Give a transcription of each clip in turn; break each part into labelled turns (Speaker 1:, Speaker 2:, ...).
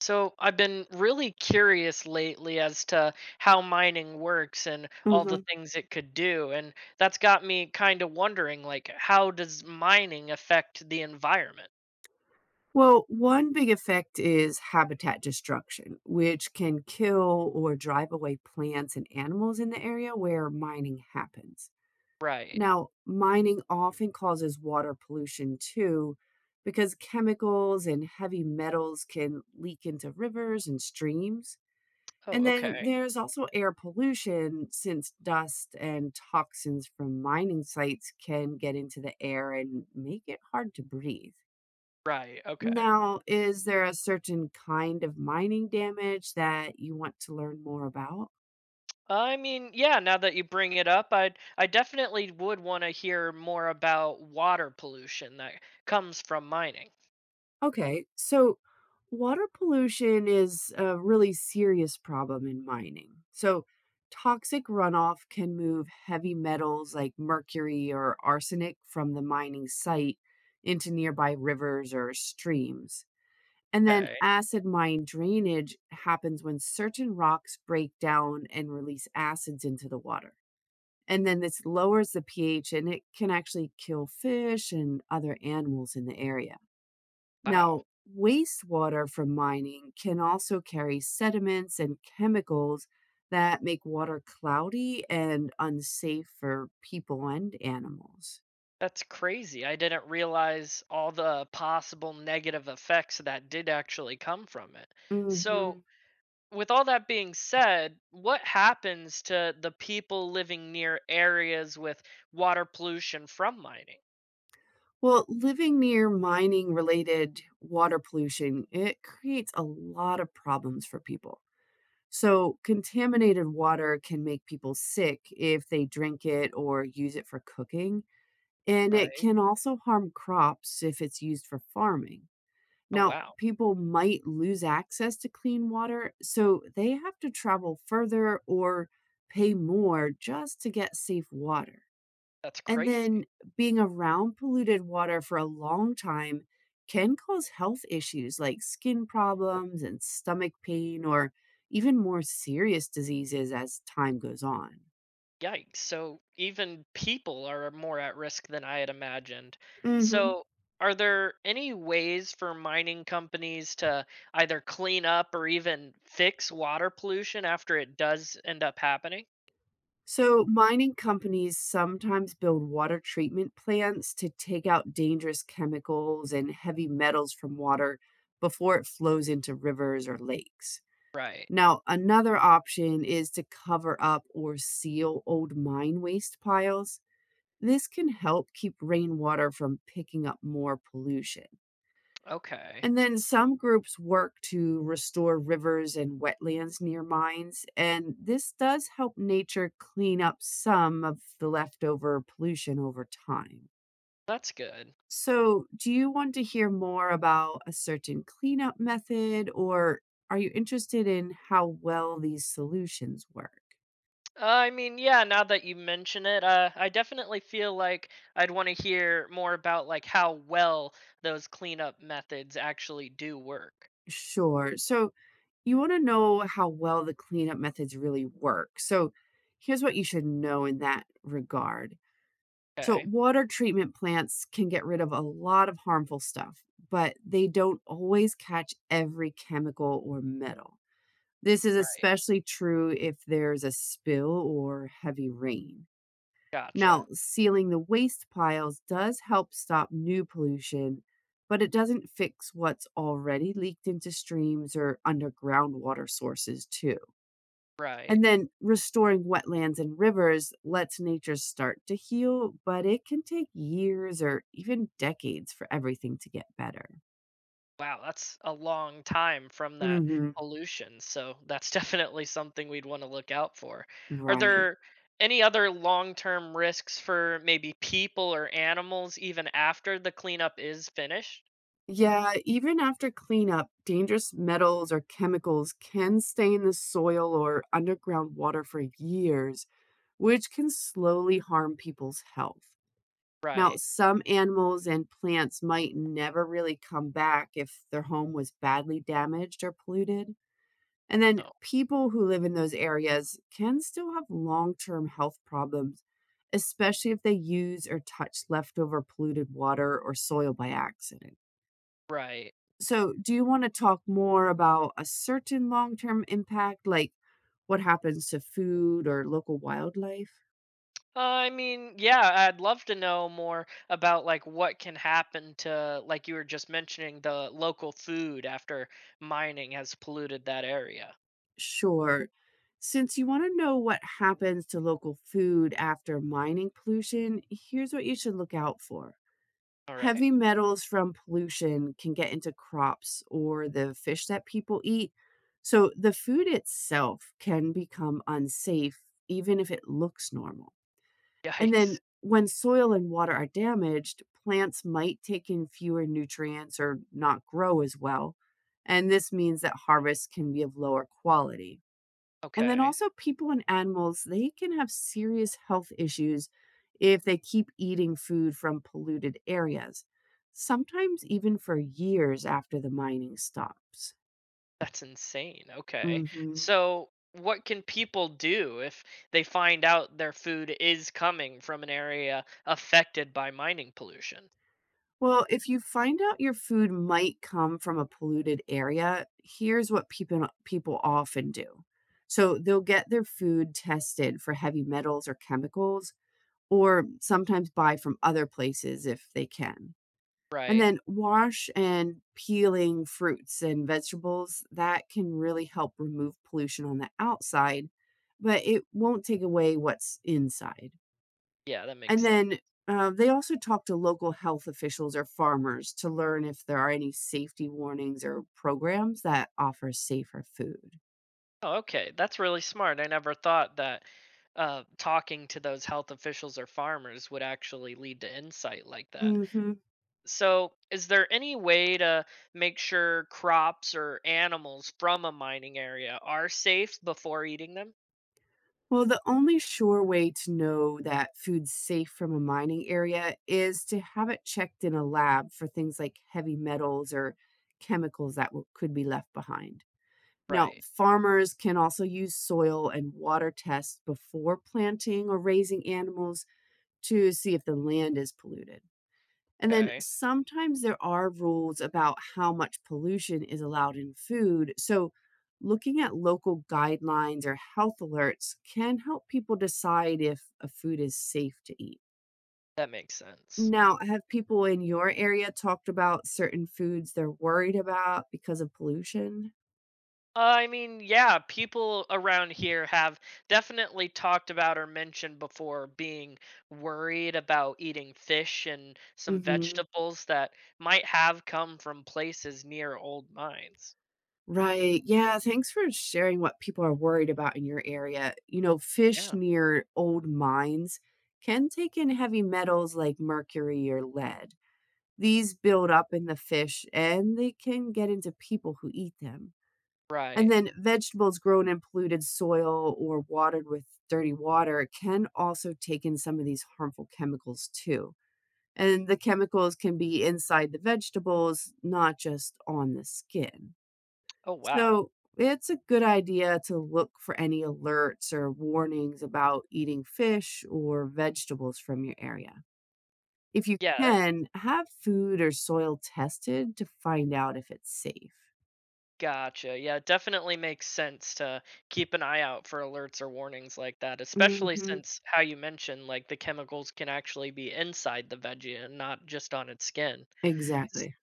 Speaker 1: So I've been really curious lately as to how mining works and all the
Speaker 2: Mhm.
Speaker 1: things it could do, and that's got me kind of wondering, like, how does mining affect the environment?
Speaker 2: Well, one big effect is habitat destruction, which can kill or drive away plants and animals in the area where mining happens.
Speaker 1: Right.
Speaker 2: Now, mining often causes water pollution too, because chemicals and heavy metals can leak into rivers and streams.
Speaker 1: Oh,
Speaker 2: And then
Speaker 1: okay.
Speaker 2: there's also air pollution, since dust and toxins from mining sites can get into the air and make it hard to breathe.
Speaker 1: Right. Okay.
Speaker 2: Now, is there a certain kind of mining damage that you want to learn more about?
Speaker 1: I mean, yeah, now that you bring it up, I definitely would want to hear more about water pollution that comes from mining.
Speaker 2: Okay, so water pollution is a really serious problem in mining. So, toxic runoff can move heavy metals like mercury or arsenic from the mining site into nearby rivers or streams. And then
Speaker 1: Okay.
Speaker 2: acid mine drainage happens when certain rocks break down and release acids into the water. And then this lowers the pH and it can actually kill fish and other animals in the area.
Speaker 1: Wow.
Speaker 2: Now, wastewater from mining can also carry sediments and chemicals that make water cloudy and unsafe for people and animals.
Speaker 1: That's crazy. I didn't realize all the possible negative effects that did actually come from it. So,
Speaker 2: Hmm.
Speaker 1: with all that being said, what happens to the people living near areas with water pollution from mining?
Speaker 2: Well, living near mining related water pollution, it creates a lot of problems for people. So, contaminated water can make people sick if they drink it or use it for cooking, and it
Speaker 1: Right.
Speaker 2: can also harm crops if it's used for farming.
Speaker 1: Oh,
Speaker 2: Now,
Speaker 1: wow.
Speaker 2: people might lose access to clean water, so they have to travel further or pay more just to get safe water.
Speaker 1: That's
Speaker 2: And then
Speaker 1: crazy.
Speaker 2: being around polluted water for a long time can cause health issues like skin problems and stomach pain, or even more serious diseases as time goes on.
Speaker 1: Yikes. So even people are more at risk than I had imagined. Mm.
Speaker 2: Hmm.
Speaker 1: So are there any ways for mining companies to either clean up or even fix water pollution after it does end up happening?
Speaker 2: So, mining companies sometimes build water treatment plants to take out dangerous chemicals and heavy metals from water before it flows into rivers or lakes.
Speaker 1: Right.
Speaker 2: Now, another option is to cover up or seal old mine waste piles. This can help keep rainwater from picking up more pollution.
Speaker 1: Okay.
Speaker 2: And then some groups work to restore rivers and wetlands near mines, and this does help nature clean up some of the leftover pollution over time.
Speaker 1: That's good.
Speaker 2: So, do you want to hear more about a certain cleanup method, or are you interested in how well these solutions work?
Speaker 1: I mean, yeah, now that you mention it, I definitely feel like I'd want to hear more about like how well those cleanup methods actually do work.
Speaker 2: Sure. So, you want to know how well the cleanup methods really work. So, here's what you should know in that regard. So,
Speaker 1: Okay.
Speaker 2: water treatment plants can get rid of a lot of harmful stuff, but they don't always catch every chemical or metal. This is
Speaker 1: Right.
Speaker 2: especially true if there's a spill or heavy rain. Now,
Speaker 1: Gotcha.
Speaker 2: sealing the waste piles does help stop new pollution, but it doesn't fix what's already leaked into streams or underground water sources, too.
Speaker 1: Right.
Speaker 2: And then restoring wetlands and rivers lets nature start to heal, but it can take years or even decades for everything to get better.
Speaker 1: Wow, that's a long time from that
Speaker 2: Hmm.
Speaker 1: pollution, so that's definitely something we'd wanna look out for. Are
Speaker 2: Right.
Speaker 1: there any other long-term risks for maybe people or animals even after the cleanup is finished?
Speaker 2: Yeah, even after cleanup, dangerous metals or chemicals can stay in the soil or underground water for years, which can slowly harm people's health. Now,
Speaker 1: Right.
Speaker 2: some animals and plants might never really come back if their home was badly damaged or polluted. And then
Speaker 1: No.
Speaker 2: people who live in those areas can still have long term health problems, especially if they use or touch leftover polluted water or soil by accident.
Speaker 1: Right.
Speaker 2: So, do you want to talk more about a certain long term impact, like what happens to food or local wildlife?
Speaker 1: I mean, yeah, I'd love to know more about, like, what can happen to like you were just mentioning, the local food after mining has polluted that area.
Speaker 2: Sure. Since you want to know what happens to local food after mining pollution, here's what you should look out for.
Speaker 1: Alright.
Speaker 2: Heavy metals from pollution can get into crops or the fish that people eat. So the food itself can become unsafe, even if it looks normal. And then
Speaker 1: Yikes.
Speaker 2: when soil and water are damaged, plants might take in fewer nutrients or not grow as well. And this means that harvests can be of lower quality. And then
Speaker 1: Okay.
Speaker 2: also people and animals, they can have serious health issues if they keep eating food from polluted areas, sometimes even for years after the mining stops.
Speaker 1: That's insane. Okay.
Speaker 2: Hmm.
Speaker 1: So, what can people do if they find out their food is coming from an area affected by mining pollution?
Speaker 2: Well, if you find out your food might come from a polluted area, here's what people often do. So they'll get their food tested for heavy metals or chemicals, or sometimes buy from other places if they can. And
Speaker 1: Right.
Speaker 2: then wash and peeling fruits and vegetables, that can really help remove pollution on the outside, but it won't take away what's inside.
Speaker 1: Yeah, that
Speaker 2: And
Speaker 1: makes sense.
Speaker 2: then they also talk to local health officials or farmers to learn if there are any safety warnings or programs that offer safer food.
Speaker 1: Oh, okay. That's really smart. I never thought that talking to those health officials or farmers would actually lead to insight like that.
Speaker 2: Mhm.
Speaker 1: So, is there any way to make sure crops or animals from a mining area are safe before eating them?
Speaker 2: Well, the only sure way to know that food's safe from a mining area is to have it checked in a lab for things like heavy metals or chemicals that will, could be left behind. Now,
Speaker 1: Right.
Speaker 2: farmers can also use soil and water tests before planting or raising animals to see if the land is polluted. And then
Speaker 1: Okay.
Speaker 2: sometimes there are rules about how much pollution is allowed in food. So, looking at local guidelines or health alerts can help people decide if a food is safe to eat.
Speaker 1: That makes sense.
Speaker 2: Now, have people in your area talked about certain foods they're worried about because of pollution?
Speaker 1: I mean, yeah, people around here have definitely talked about or mentioned before being worried about eating fish and some
Speaker 2: Hmm.
Speaker 1: vegetables that might have come from places near old mines.
Speaker 2: Right. Yeah. Thanks for sharing what people are worried about in your area. You know, fish
Speaker 1: Yeah,
Speaker 2: near old mines can take in heavy metals like mercury or lead. These build up in the fish and they can get into people who eat them. And
Speaker 1: right.
Speaker 2: then vegetables grown in polluted soil or watered with dirty water can also take in some of these harmful chemicals too. And the chemicals can be inside the vegetables, not just on the skin.
Speaker 1: Oh, wow.
Speaker 2: So it's a good idea to look for any alerts or warnings about eating fish or vegetables from your area. If you
Speaker 1: Yeah, that-
Speaker 2: can, have food or soil tested to find out if it's safe.
Speaker 1: Gotcha. Yeah, it definitely makes sense to keep an eye out for alerts or warnings like that, especially
Speaker 2: Mhm.
Speaker 1: since how you mentioned, like the chemicals can actually be inside the veggie and not just on its skin.
Speaker 2: Exactly.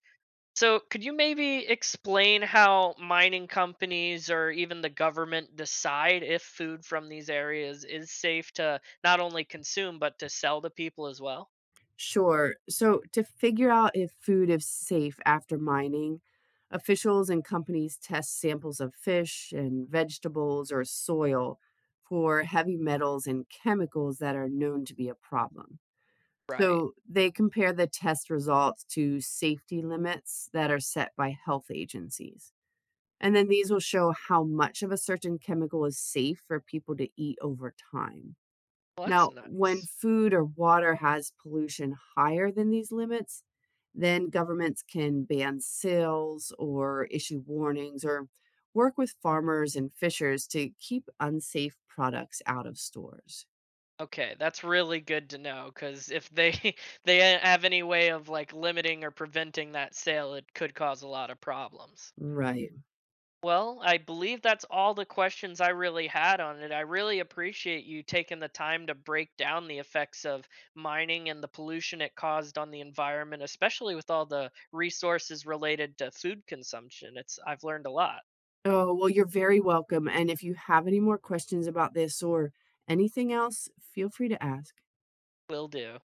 Speaker 1: So, could you maybe explain how mining companies or even the government decide if food from these areas is safe to not only consume but to sell to people as well?
Speaker 2: Sure. So, to figure out if food is safe after mining, officials and companies test samples of fish and vegetables or soil for heavy metals and chemicals that are known to be a problem.
Speaker 1: Right.
Speaker 2: So, they compare the test results to safety limits that are set by health agencies. And then these will show how much of a certain chemical is safe for people to eat over time.
Speaker 1: Well, that's
Speaker 2: Now, when
Speaker 1: nice.
Speaker 2: food or water has pollution higher than these limits, then governments can ban sales or issue warnings or work with farmers and fishers to keep unsafe products out of stores.
Speaker 1: Okay, that's really good to know cuz if they they have any way of like limiting or preventing that sale, it could cause a lot of problems.
Speaker 2: Right.
Speaker 1: Well, I believe that's all the questions I really had on it. I really appreciate you taking the time to break down the effects of mining and the pollution it caused on the environment, especially with all the resources related to food consumption. It's I've learned a lot.
Speaker 2: Oh, well, you're very welcome. And if you have any more questions about this or anything else, feel free to ask.
Speaker 1: Will do.